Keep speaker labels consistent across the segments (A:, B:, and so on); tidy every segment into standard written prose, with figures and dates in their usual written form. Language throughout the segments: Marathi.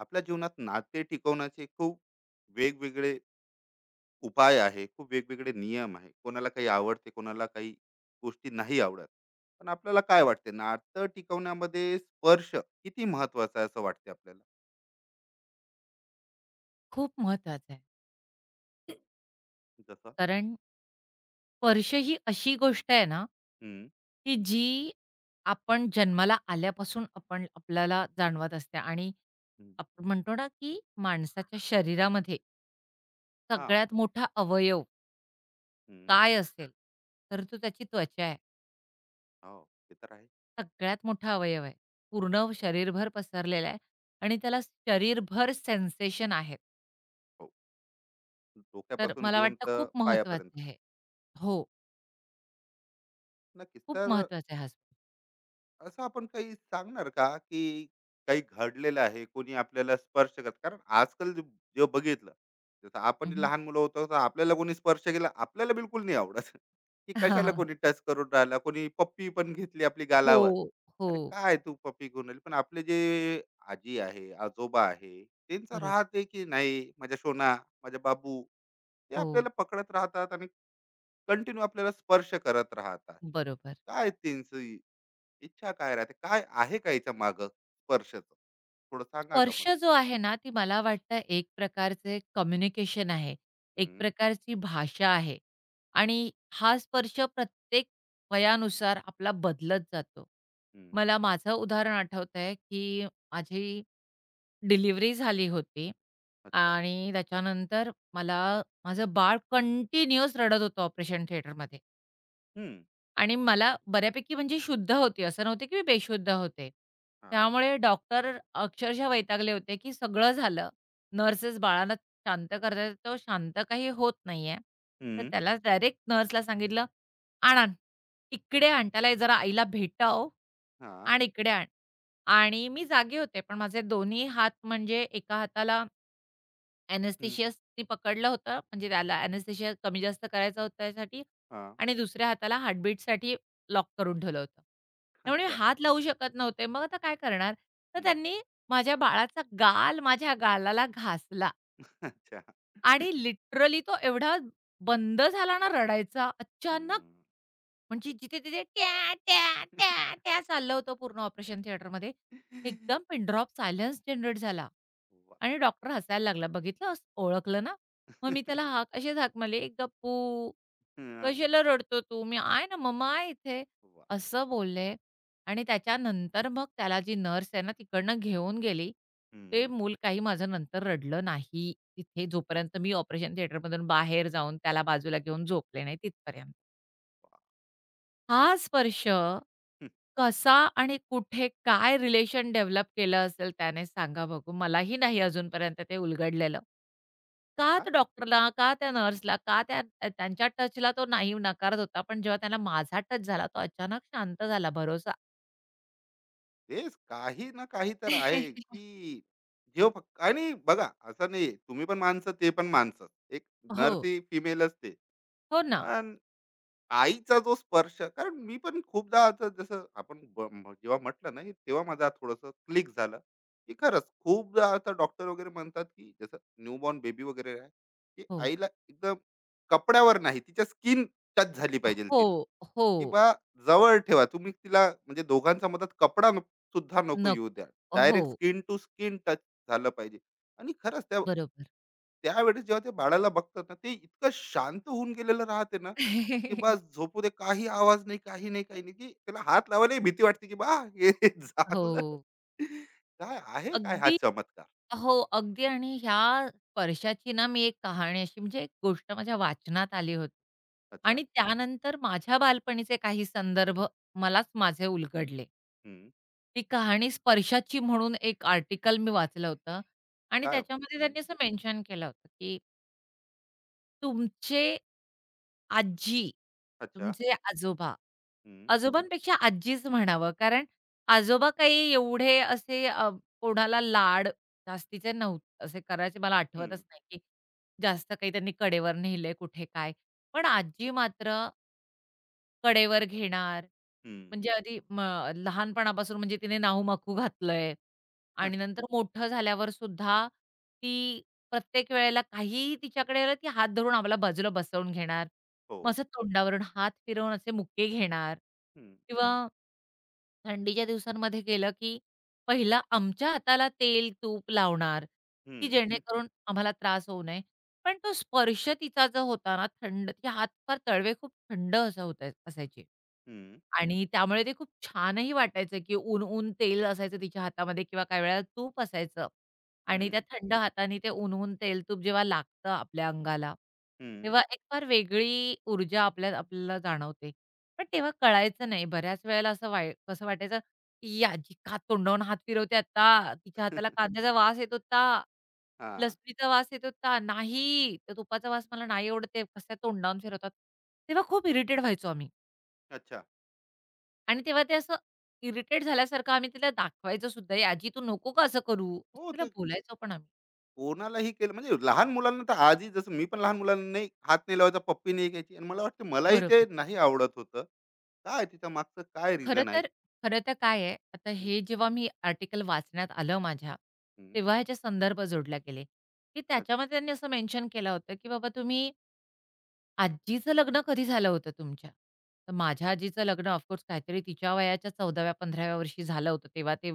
A: आपल्या जीवनात नाते टिकवण्याचे खूप वेगवेगळे उपाय आहे, खूप वेगवेगळे नियम आहे. कोणाला काही आवडते, कोणाला काही गोष्टी नाही आवडत. पण आपल्याला काय वाटते, नातं टिकवण्यामध्ये स्पर्श किती महत्वाचा आहे असं वाटते आपल्याला?
B: खूप महत्वाचं आहे.
A: जसं
B: कारण स्पर्श ही अशी गोष्ट आहे ना,
A: हम्म,
B: की जी आपण जन्माला आल्यापासून आपण आपल्याला जाणवत असते आणि
A: हम्म.
B: आपण म्हणतो ना, की माणसाच्या शरीरामध्ये
A: हा,
B: सगळ्यात मोठा अवयव
A: हम्म,
B: काय असेल, तर तो त्याची त्वचा आहे.
A: हो, ते तर आहे.
B: सगळ्यात मोठा अवयव आहे. पूर्ण शरीरभर पसरलेला आहे आणि त्याला शरीरभर सेन्सेशन आहेत.
A: हो,
B: तर
A: डोक्यापासून
B: मला
A: घेऊन
B: वाटतं
A: तर
B: खूप
A: पायापर्यंत.
B: महत्वाचं आहे. हो,
A: नक्कीच
B: खूप
A: तर.
B: महत्वाचं आहे हा
A: असं आपण काही सांगणार का, की काही घडलेलं आहे? कोणी आपल्याला स्पर्श करत, कारण आजकाल जे जे बघितलं जसं आपण
B: हं, हं.
A: लहान मुलं होतो, तर आपल्याला कोणी स्पर्श केला आपल्याला बिलकुल नाही आवडत. की कशाला कोणी टच करून राहिला, कोणी पप्पी पण घेतली आपली
B: हो,
A: गालावर. अरे
B: हो.
A: काय तू पप्पी घेऊन आली? पण आपले जे आजी आहे, आजोबा आहे, त्यांचं
B: बरोबर.
A: राहते की नाही, माझ्या सोना, माझ्या बाबू, ते
B: हो,
A: आपल्याला पकडत राहतात आणि कंटिन्यू आपल्याला स्पर्श करत राहतात.
B: बरोबर.
A: काय त्यांचं इच्छा काय राहते? काय आहे का याच्या मागं स्पर्शच? थोडं सांगा का
B: स्पर्श
A: मला?
B: जो आहे ना, ती मला वाटतं एक प्रकारचे कम्युनिकेशन आहे. एक
A: हं,
B: प्रकारची भाषा आहे आणि हा स्पर्श प्रत्येक वयानुसार आपला बदलत जातो.
A: हं.
B: मला माझं उदाहरण आठवतंय, की माझी डिलिव्हरी झाली होती
A: अच्छा.
B: आणि त्याच्यानंतर मला माझं बाळ कंटिन्युअस रडत होतं ऑपरेशन थिएटरमध्ये.
A: हं.
B: आणि मला बऱ्यापैकी म्हणजे शुद्ध होती. असं नव्हतं की मी बेशुद्ध होते.
A: हां.
B: त्यामुळे डॉक्टर अक्षरशः वैतागले होते, की सगळं झालं. नर्सेस बाळाला शांत करतायेत, तो शांत काही होत नाहीये. तर
A: हं.
B: त्याला डायरेक्ट नर्सला सांगितलं, "आण, आण. इकडे आण. त्याला हे जरा आईला भेटाव
A: हां.
B: आणि इकडे आण." आणि मी जागी होते, पण माझे दोन्ही हात म्हणजे एका हाताला
A: हं.
B: अॅनेस्थेशियाने पकडलं होतं, म्हणजे त्याला अॅनेस्थेशिया कमी जास्त करायचा होता त्यासाठी
A: हां.
B: आणि दुसऱ्या हाताला हार्टबीटसाठी लॉक करून ठेवलं होतं. त्यामुळे मी
A: अच्छा.
B: हात लावू शकत नव्हते. मग आता काय करणार? तर
A: हं.
B: त्यांनी माझ्या बाळाचा गाल माझ्या गालाला घासला
A: अच्छा.
B: आणि लिटरली तो एवढा बंद झाला ना रडायचा अचानक
A: हं.
B: म्हणजे जिथे-तिथे ट्या, ट्या, ट्या, ट्या चाललं होतं पूर्ण ऑपरेशन थिएटरमध्ये. एकदम पिन ड्रॉप सायलेन्स जनरेट झाला
A: वाह!
B: आणि डॉक्टर हसायला लागला. "बघितलंस? ओळखलं ना?" मग मी त्याला हाक अशीच हाक मारली, "गप्पू,
A: हां.
B: कशाला रडतो तू? मी आहे ना, मम्मा आहे इथे."
A: वाह!
B: असं बोलले आणि त्याच्यानंतर मग त्याला जी नर्स आहे ना, तिकडनं घेऊन गेली. ते
A: हं.
B: मूल काही माझं नंतर रडलं नाही तिथे जोपर्यंत मी ऑपरेशन थिएटरमधून बाहेर जाऊन त्याला बाजूला घेऊन झोपले नाही तिथपर्यंत.
A: वाह!
B: हा स्पर्श
A: हं.
B: कसा आणि कुठे काय रिलेशन डेव्हलप केलं असेल त्याने सांगा बघू. मलाही नाही अजूनपर्यंत ते उलगडलेलं. का
A: हां,
B: त्या डॉक्टरला, का त्या नर्सला, का त्या त्यांच्या टचला तो नाही नाकारत होता. पण जेव्हा त्याला माझा टच झाला तो अचानक शांत झाला, भरोसा
A: तेच काही ना काही तर आहे, की जे फक्त आणि बघा असं नाही, तुम्ही पण माणसं, ते पण माणसं. एक नर,
B: हो,
A: ती फिमेलच ते.
B: हो ना.
A: पण आईचा जो स्पर्श, कारण मी पण खूपदा आता जसं आपण जेव्हा म्हटलं ना हे, तेव्हा माझा थोडंसं क्लिक झालं की खरंच खूपदा आता डॉक्टर वगैरे म्हणतात, की जसं न्यूबॉर्न बेबी वगैरे आहे, की
B: हो,
A: आईला एकदम कपड्यावर नाही, तिच्या स्किन टच झाली पाहिजे तिला.
B: हो, हो.
A: की बा जवळ ठेवा तुम्ही तिला, म्हणजे दोघांचा मधात कपडा सुद्धा नको येऊ
B: नको.
A: द्या.
B: हो,
A: direct skin to skin touch झालं पाहिजे. आणि खरंच त्या
B: बरोबर.
A: त्यावेळेस जेव्हा ते बाळाला बघतात ना, ते इतकं शांत होऊन गेलेलं राहते ना, की बस झोपू दे. काही आवाज नाही, काही नाही, काही नाही, की त्याला हात लावायलाही भीती वाटते, की बा हे जागलं.
B: हो.
A: काय आहे काय हा
B: अगदी
A: चमत्कार?
B: हो, अगदी आणि ह्या स्पर्शाची ना मी एक कहाणी अशी म्हणजे एक गोष्ट माझ्या वाचनात आली होती
A: अच्छा.
B: आणि त्यानंतर माझ्या बालपणीचे काही संदर्भ मलाच माझे उलगडले.
A: हं.
B: ती कहाणी स्पर्शाची म्हणून एक आर्टिकल मी वाचलं होतं आणि
A: काय हो?
B: त्याच्यामध्ये
A: हं.
B: त्यांनी असं मेन्शन केलं होतं की तुमचे आजी,
A: अच्छा.
B: तुमचे आजोबा,
A: हं.
B: आजोबांपेक्षा आजीच म्हणावं, कारण आजोबा काही एवढे असे कोणाला लाड जास्तीचे नव्हते असे करायचे मला
A: हं.
B: आठवतच नाही, की जास्त काही त्यांनी कडेवर नेलंय कुठे काय. पण आजी मात्र कडेवर घेणार.
A: हं.
B: म्हणजे आधी लहानपणापासून म्हणजे तिने नाहू मकू घातलंय
A: हं.
B: आणि नंतर मोठं झाल्यावर सुद्धा ती प्रत्येक वेळेला काहीही तिच्याकडे आलं, ती हात धरून आम्हाला बाजूला बसवून घेणार.
A: हो.
B: मग असं तोंडावरून हात फिरवून असे मुके घेणार हं.
A: हं.
B: किंवा थंडीच्या दिवसांमध्ये गेलं, की पहिला आमच्या हाताला तेल, तूप लावणार, की
A: हं. हं.
B: जेणेकरून आम्हाला त्रास होऊ नये. पण तो स्पर्श तिचा जो होता ना थंड तिचे हातपार तळवे खूप थंड असं होते असायचे.
A: हं.
B: आणि त्यामुळे ते खूप छानही वाटायचं, की ऊन-ऊन तेल असायचं तिच्या हातामध्ये किंवा काही वेळेला तूप असायचं आणि त्या
A: हं.
B: थंड हाताने ते ऊन-ऊन तेल-तूप जेव्हा लागतं आपल्या अंगाला,
A: हं.
B: तेव्हा एक फार वेगळी ऊर्जा आपल्यात आपल्याला जाणवते. पण तेव्हा कळायचं नाही. बऱ्याच वेळेला असं वाय कसं वाटायचं, "ही आजी का तोंडावरून हात फिरवते आता? तिच्या हाताला कांद्याचा वास येत होता,
A: हां.
B: लसणीचा वास येत होता. नाही, त्या तुपाचा वास मला नाही आवडत आहे. कसं तोंडावरून फिरवतात." तेव्हा खूप इरिटेट व्हायचो आम्ही
A: अच्छा.
B: आणि तेव्हा ते असं इरिटेट झाल्यासारखं आम्ही तिला दाखवायचो सुद्धा, "ए आजी तू नको का असं करू?"
A: हो,
B: असं तिला
A: ते
B: बोलायचो पण आम्ही.
A: कोणालाही केलं म्हणजे लहान मुलांना, तर आजही जसं मी पण लहान मुलांना नाही हात नाही लावायचा, पप्पी नाही घ्यायची. आणि मला वाटतं मलाही ते
B: बरोबर.
A: नाही आवडत होतं. काय तिच्या मागचं काय
B: खरं
A: रिझन आहे?
B: तर खरं तर काय आहे, आता
A: हं.
B: हे जेव्हा मी आर्टिकल वाचण्यात आलं माझ्या,
A: हं.
B: तेव्हा ह्याचे संदर्भ जोडले गेले, की
A: अच्छा.
B: त्याच्यामध्ये त्यांनी असं मेन्शन केलं होतं, की बाबा तुम्ही आजीचं लग्न कधी झालं होतं तुमच्या? तर माझ्या आजीचं लग्न ऑफ कोर्स काहीतरी तिच्या वयाच्या 14व्या-15व्या वर्षी झालं होतं. तेव्हा ते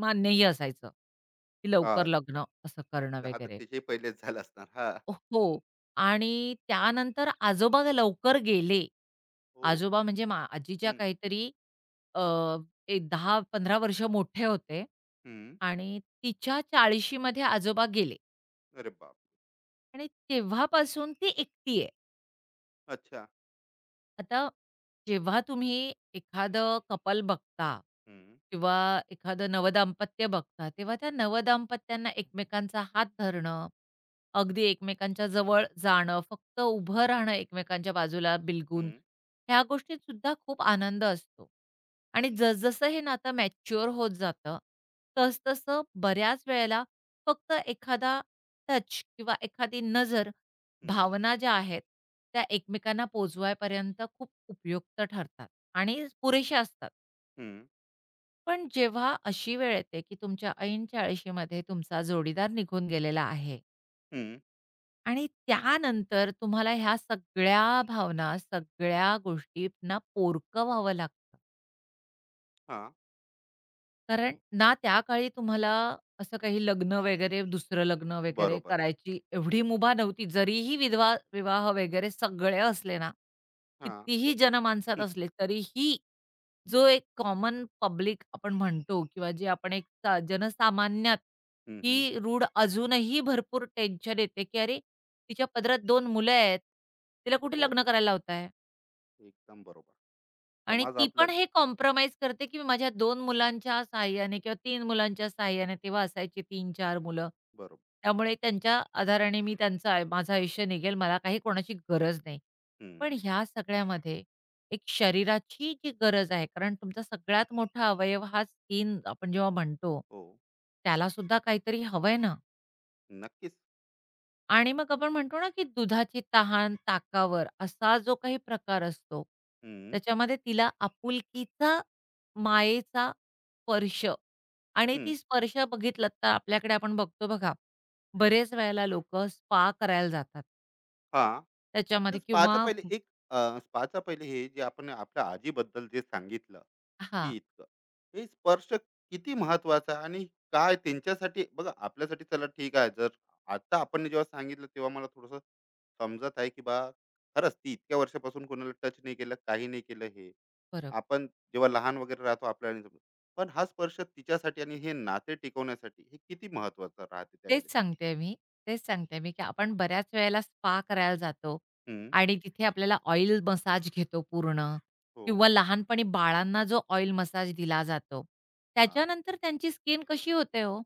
B: मान्यही असायचं, की लवकर
A: हां.
B: लग्न असं करणं
A: जहातक
B: वगैरे.
A: त्याच्याही पहिलेच झाला असणार. हां.
B: हो. आणि त्यानंतर आजोबा लवकर गेले.
A: हो.
B: आजोबा म्हणजे आजीच्या
A: हं,
B: काहीतरी अ, एक 10-15 वर्ष मोठे होते
A: हं.
B: आणि तिच्या 40शी मध्ये आजोबा गेले
A: अरे बाप!
B: आणि तेव्हापासून ती एकटी आहे.
A: अच्छा.
B: आता जेव्हा तुम्ही एखादं कपल बघता
A: हं,
B: किंवा एखादं नवदाम्पत्य बघता, तेव्हा त्या नवदाम्पत्यांना एकमेकांचा हात धरणं, अगदी एकमेकांच्या जवळ जाणं, फक्त उभं राहणं एकमेकांच्या बाजूला बिलगून,
A: हं,
B: ह्या गोष्टीत सुद्धा खूप आनंद असतो. आणि जसजसं हे नातं मॅच्युअर होत जातं, तसतसं बऱ्याच वेळेला फक्त एखादा टच किंवा एखादी नजर
A: हं,
B: भावना ज्या आहेत, त्या एकमेकांना पोहोचवायपर्यंत खूप उपयुक्त ठरतात आणि पुरेशा असतात.
A: हं,
B: पण जेव्हा अशी वेळ येते, की तुमच्या ऐन-चाळीशी मध्ये तुमचा जोडीदार निघून गेलेला आहे
A: हं.
B: आणि त्यानंतर तुम्हाला ह्या सगळ्या भावना, सगळ्या गोष्टींना पोरकं व्हावं लागतं.
A: हां.
B: कारण ना त्या काळी तुम्हाला असं काही लग्न वगैरे, दुसरं लग्न वगैरे
A: बरोबर.
B: करायची एवढी मुभा नव्हती. जरीही विधवा विवाह वगैरे सगळे असले ना,
A: हां.
B: कितीही जनमानसात असले, तरीही जो एक कॉमन पब्लिक आपण म्हणतो किंवा जे आपण एक सा जनसामान्यात
A: हं, हं.
B: ही रूढ अजूनही भरपूर टेन्शन येते, की "अरे, तिच्या पदरात 2 मुलं आहेत, तिला कुठे
A: हो.
B: लग्न करायला लावताय?"
A: एकदम बरोबर.
B: आणि
A: समाज
B: ती
A: आपल्या
B: पण हे कॉम्प्रोमाईज करते, की माझ्या दोन मुलांच्या सहाय्याने किंवा 3 मुलांच्या सहाय्याने तेव्हा असायची 3-4 मुलं.
A: बरोबर.
B: त्यामुळे त्यांच्या आधाराने मी त्यांचं माझं आयुष्य निघेल, मला काही कोणाची गरज नाही.
A: हं.
B: पण ह्या सगळ्यामध्ये एक शरीराची जी गरज आहे, कारण तुमचा सगळ्यात मोठा अवयव हा स्किन आपण जेव्हा म्हणतो,
A: हो.
B: त्यालासुद्धा काहीतरी हवंय ना?
A: नक्कीच.
B: आणि मग आपण म्हणतो ना, की दुधाची तहान ताकावर असा जो काही प्रकार असतो,
A: हं,
B: त्याच्यामध्ये तिला आपुलकीचा, मायेचा स्पर्श आणि
A: हं.
B: ती स्पर्श बघितलात तर आपल्याकडे आपण बघतो बघा, बरेच वेळेला लोकं स्पा करायला जातात.
A: हां. तर
B: त्याच्यामध्ये किंवा
A: स्पाच्या पहिले एक अ, स्पाच्या पहिले हे जे आपण आपल्या आजीबद्दल जे सांगितलं, की
B: हां,
A: इतकं हे स्पर्श किती महत्वाचा आहे आणि काय त्यांच्यासाठी बघा, आपल्यासाठी चला ठीक आहे. जर आता आपण जेव्हा सांगितलं तेव्हा मला थोडस समजत आहे, की बा खरंच ती इतक्या वर्षापासून कोणाला टच नाही केलं, काही नाही केलं. हे
B: बरोबर.
A: आपण जेव्हा लहान वगैरे राहतो आपल्याला नाही समजत. पण हा स्पर्श तिच्यासाठी आणि हे नाते टिकवण्यासाठी हे किती महत्वाचं राहते
B: तेच
A: त्यावेळेस.
B: सांगतेय मी, तेच सांगतेय मी, की आपण बऱ्याच वेळेला स्पा करायला जातो
A: हम्म,
B: आणि तिथे आपल्याला ऑइल मसाज घेतो पूर्ण
A: हो.
B: किंवा लहानपणी बाळांना जो ऑइल मसाज दिला जातो,
A: हा.
B: त्याच्यानंतर त्यांची स्किन कशी होते हो?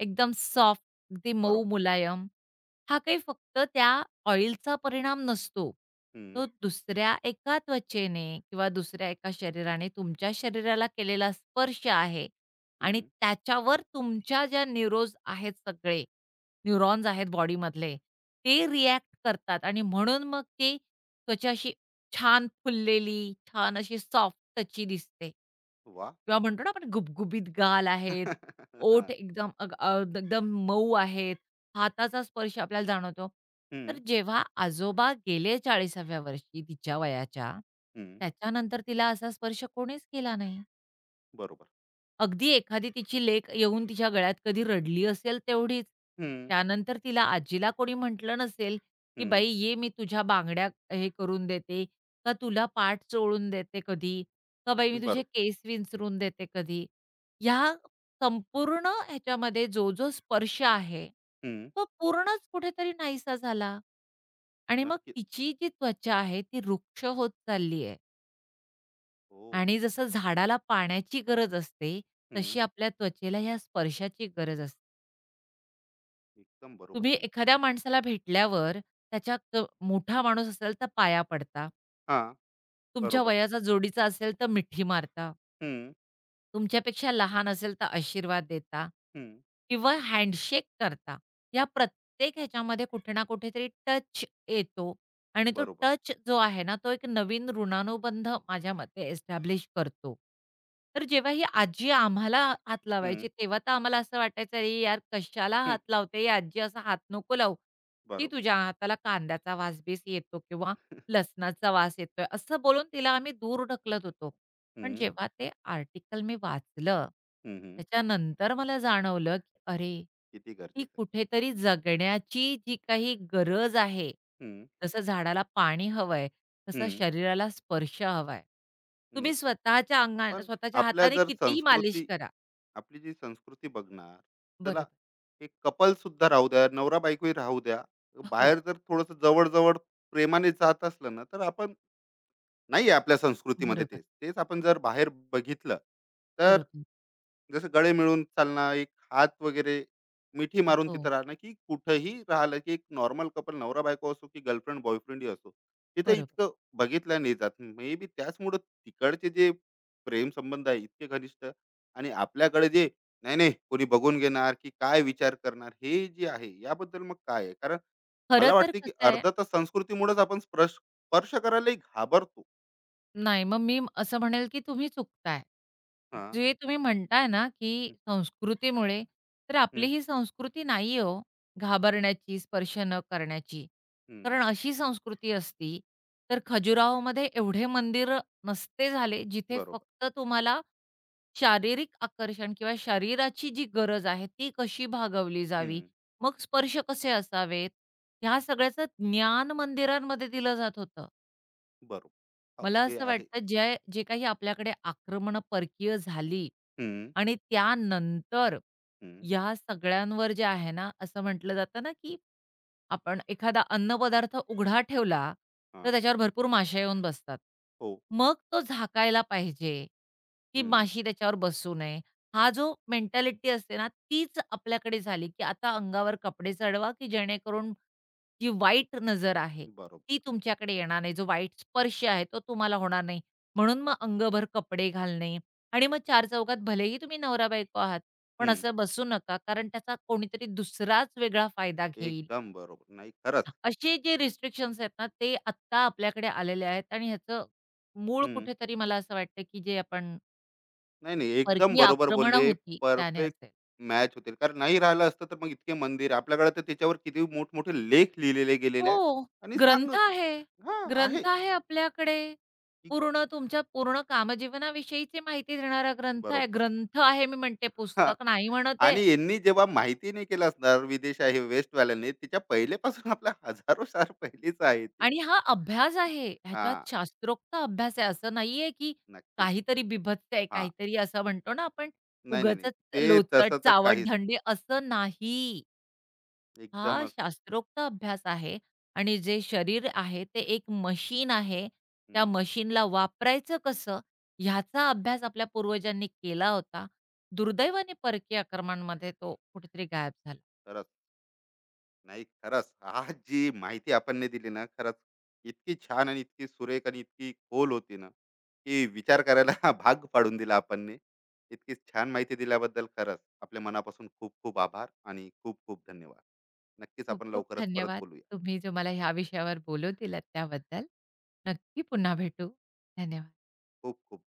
B: एकदम सॉफ्ट, अगदी मऊ
A: बरोबर.
B: मुलायम. हा काही फक्त त्या ऑइलचा परिणाम नसतो.
A: हम्म.
B: तो दुसऱ्या एका त्वचेने किंवा दुसऱ्या एका शरीराने तुमच्या शरीराला केलेला स्पर्श आहे आणि
A: हम्म.
B: त्याच्यावर तुमच्या ज्या न्यूरोज आहेत सगळे, न्यूरॉन्स आहेत बॉडीमधले, ते रिॲक्ट करतात आणि म्हणून मग ती त्वचा अशी छान फुललेली, छान अशी सॉफ्ट टची दिसते.
A: वा.
B: किंवा म्हणतो ना आपण गुबगुबीत गाल आहेत, ओठ
A: हां.
B: एकदम एकदम मऊ आहेत, हाताचा स्पर्श आपल्याला जाणवतो.
A: हं,
B: तर जेव्हा आजोबा गेले 40व्या वर्षी तिच्या वयाच्या,
A: हं.
B: त्याच्यानंतर तिला असा स्पर्श कोणीच केला नाही.
A: बरोबर.
B: अगदी एखादी तिची लेक येऊन तिच्या गळ्यात कधी रडली असेल तेवढीच.
A: हं,
B: त्यानंतर तिला आजीला कोणी म्हटलं नसेल, की
A: हं.
B: "बाई ये मी तुझ्या बांगड्या हे करून देते" का "तुला पाठ चोळून देते कधी" का "बाई मी तुझे
A: बरो.
B: केस विंचरून देते कधी." ह्या संपूर्ण ह्याच्यामध्ये जो स्पर्श आहे,
A: हं.
B: तो पूर्णच कुठेतरी नाहीसा झाला आणि मग
A: नक्कीच.
B: तिची जी त्वचा आहे ती रुक्ष होत चालली आहे.
A: हो.
B: आणि जसं झाडाला पाण्याची गरज असते,
A: हं.
B: तशी आपल्या त्वचेला या स्पर्शाची गरज असते.
A: एकदम बरोबर
B: तुम्ही
A: बोलले.
B: एखाद्या माणसाला भेटल्यावर त्याच्या मोठा माणूस असेल तर पाया पडता.
A: हां.
B: तुमच्या
A: बरोबर.
B: वयाचा जोडीचा असेल तर मिठी मारता.
A: हं,
B: तुमच्यापेक्षा लहान असेल तर आशीर्वाद देता
A: हं.
B: किंवा हँडशेक करता. या प्रत्येक ह्याच्यामध्ये कुठे ना कुठेतरी टच येतो आणि तो
A: बरोबर.
B: टच जो आहे ना, तो एक नवीन ऋणानुबंध माझ्या मते एस्टॅब्लिश करतो. तर जेव्हा ही आजी आम्हाला हात
A: हं.
B: लावायची, तेव्हा तर आम्हाला असं वाटायचं, "अरे यार, कशाला
A: हं.
B: हात लावते ही आजी? असा हात नको लावू. की
A: बरोबर.
B: तुझ्या हाताला कांद्याचा वासबीस येतो किंवा लसणाचा वास येतोय, असं बोलून तिला आम्ही दूर ढकलत होतो. पण
A: हं,
B: जेव्हा ते आर्टिकल मी वाचलं,
A: हं, हं.
B: त्याच्यानंतर मला जाणवलं, की अरे,
A: किती
B: ही
A: गरजेचं आहे.
B: कुठेतरी जगण्याची जी काही गरज आहे,
A: हं,
B: जसं झाडाला पाणी हवंय, तसं
A: हं.
B: शरीराला स्पर्श हवाय. तुम्ही
A: नक्की.
B: स्वतःच्या अंगा
A: पण
B: स्वतःच्या
A: आपल्या
B: हाताने
A: जर
B: कितीही मालिश
A: संस्कृती
B: करा.
A: आपली जी संस्कृती बघणार, त्याला
B: बरोबर.
A: एक कपल सुद्धा राहू द्या, नवरा-बायकोही राहू द्या,
B: हो,
A: बाहेर जर थोडंसं जवळ-जवळ प्रेमाने जात असलं ना, तर आपण नाही आहे आपल्या संस्कृतीमध्ये
B: बरोबर,
A: तेच. तेच आपण जर बाहेर बघितलं, तर
B: बरोबर.
A: जसं गळे मिळून चालणं, एक हात वगैरे मिठी मारून
B: हो,
A: तिथं राहणं, की कुठंही राहिलं, की एक नॉर्मल कपल नवरा-बायको असो, की गर्लफ्रेंड बॉयफ्रेंडही असो, तिथं
B: बरोबर.
A: इतकं बघितलं नाही जात. मे बी त्याचमुळं तिकडचे जे प्रेमसंबंध आहे इतके घनिष्ठ आणि आपल्याकडे जे नाही, नाही कोणी बघून घेणार, की काय विचार करणार, हे जे आहे याबद्दल मग काय आहे? कारण
B: खरं
A: मला
B: तर
A: वाटते, की
B: कसं आहे
A: अर्ध तर संस्कृतीमुळेच आपण स्पर्श स्पर्श करायलाही घाबरतो.
B: नाही, मग मी असं म्हणेल, की तुम्ही चुकताय.
A: हां.
B: जे तुम्ही म्हणताय ना, की संस्कृतीमुळे तर आपली
A: हं,
B: ही संस्कृती नाही हो, घाबरण्याची, स्पर्श न करण्याची.
A: हं.
B: कारण अशी संस्कृती असती, तर खजुराहोमध्ये एवढे मंदिर नसते झाले, जिथे
A: बरोबर.
B: फक्त तुम्हाला शारीरिक आकर्षण किंवा शरीराची जी गरज आहे, ती कशी भागवली जावी,
A: हं.
B: मग स्पर्श कसे असावेत, ह्या सगळ्याचं ज्ञान मंदिरांमध्ये दिलं जात होतं.
A: बरोबर. हो,
B: मला
A: ते
B: असं
A: आहे.
B: वाटतं जे जे काही आपल्याकडे आक्रमण परकीय झाली
A: हं,
B: आणि त्यानंतर
A: हं.
B: या सगळ्यांवर जे आहे ना, असं म्हटलं जातं ना, की आपण एखादा अन्नपदार्थ उघडा ठेवला, तर
A: हां.
B: त्याच्यावर भरपूर माश्या येऊन बसतात.
A: हो.
B: मग तो झाकायला पाहिजे, की
A: हं.
B: माशी त्याच्यावर बसू नये. हा जो मेंटॅलिटी असते ना, तीच आपल्याकडे झाली, की आता अंगावर कपडे चढवा, की जेणेकरून जी वाईट नजर आहे,
A: बरोबर.
B: ती तुमच्याकडे येणार नाही. जो वाईट स्पर्श आहे, तो तुम्हाला होणार नाही. म्हणून मग अंगभर कपडे घालणे आणि मग चारचौघात भलेही तुम्ही नवरा-बायको आहात, पण
A: हं.
B: असं बसू नका, कारण त्याचा कोणीतरी दुसराच वेगळा फायदा घेईल.
A: एकदम बरोबर. नाही खरंच.
B: असे जे रिस्ट्रिक्शन्स आहेत ना, ते आत्ता आपल्याकडे आलेले आहेत आणि ह्याचं मूळ
A: हं.
B: कुठेतरी मला असं वाटतं, की जे आपण
A: नाही, नाही. एकदम
B: परकीय
A: बरोबर
B: आक्रमणं
A: बोलले.
B: होती, त्याने
A: परफेक्ट
B: असेल.
A: मॅच होतील. कारण नाही राहिलं असतं तर मग इतके मंदिर आपल्याकडे, तर त्याच्यावर किती मोठमोठे लेख लिहिलेले गेलेले
B: हो,
A: आहे आणि
B: ग्रंथ
A: सांगत.
B: आहे.
A: हां, आहे.
B: ग्रंथ आहे आपल्याकडे.
A: की-
B: पूर्ण तुमच्या पूर्ण कामजीवनाविषयीची माहिती देणारा ग्रंथ आहे.
A: बरोबर.
B: ग्रंथ आहे मी म्हणते,
A: हां.
B: पुस्तक नाही म्हणत
A: आणि यांनी जेव्हा माहिती नाही केलं असणार विदेश आहे, वेस्टवाल्यांनी, त्याच्या पहिलेपासून आपल्या हजारो साल पहिलेच आहे ते.
B: आणि हा अभ्यास आहे. ह्याच्यात
A: हां.
B: शास्त्रोक्त अभ्यास आहे. असं नाहीये, की
A: नक्कीच.
B: काहीतरी बीभत्स आहे,
A: हां.
B: काहीतरी असं म्हणतो ना आपण
A: नाही, नाही, नाही.
B: उगाचच
A: ते
B: लोचट,
A: तसं तर काहीच
B: चावट-धंडे असं नाही. हा
A: एकदमच नाही.
B: शास्त्रोक्त अभ्यास आहे आणि जे शरीर आहे ते एक मशीन आहे. त्या
A: हं.
B: मशीनला वापरायचं कसं ह्याचा अभ्यास आपल्या पूर्वजांनी केला होता. दुर्दैवाने परकीय आक्रमणामध्ये तो कुठेतरी गायब झाला.
A: खरंच. नाही खरंच. आज जी माहिती आपण नाही दिली ना, खरंच इतकी छान आणि इतकी सुरेख आणि इतकी खोल होती ना, की विचार करायला भाग पाडून दिला आपणने. इतकी छान माहिती दिल्याबद्दल खरंच आपल्या मनापासून खूप खूप आभार आणि खूप खूप धन्यवाद. नक्कीच आपण
B: खूप-खूप
A: लवकरच परत
B: धन्यवाद.
A: बोलूया.
B: तुम्ही जो मला ह्या विषयावर बोलू दिलात त्याबद्दल. नक्की पुन्हा भेटू. धन्यवाद.
A: खूप खूप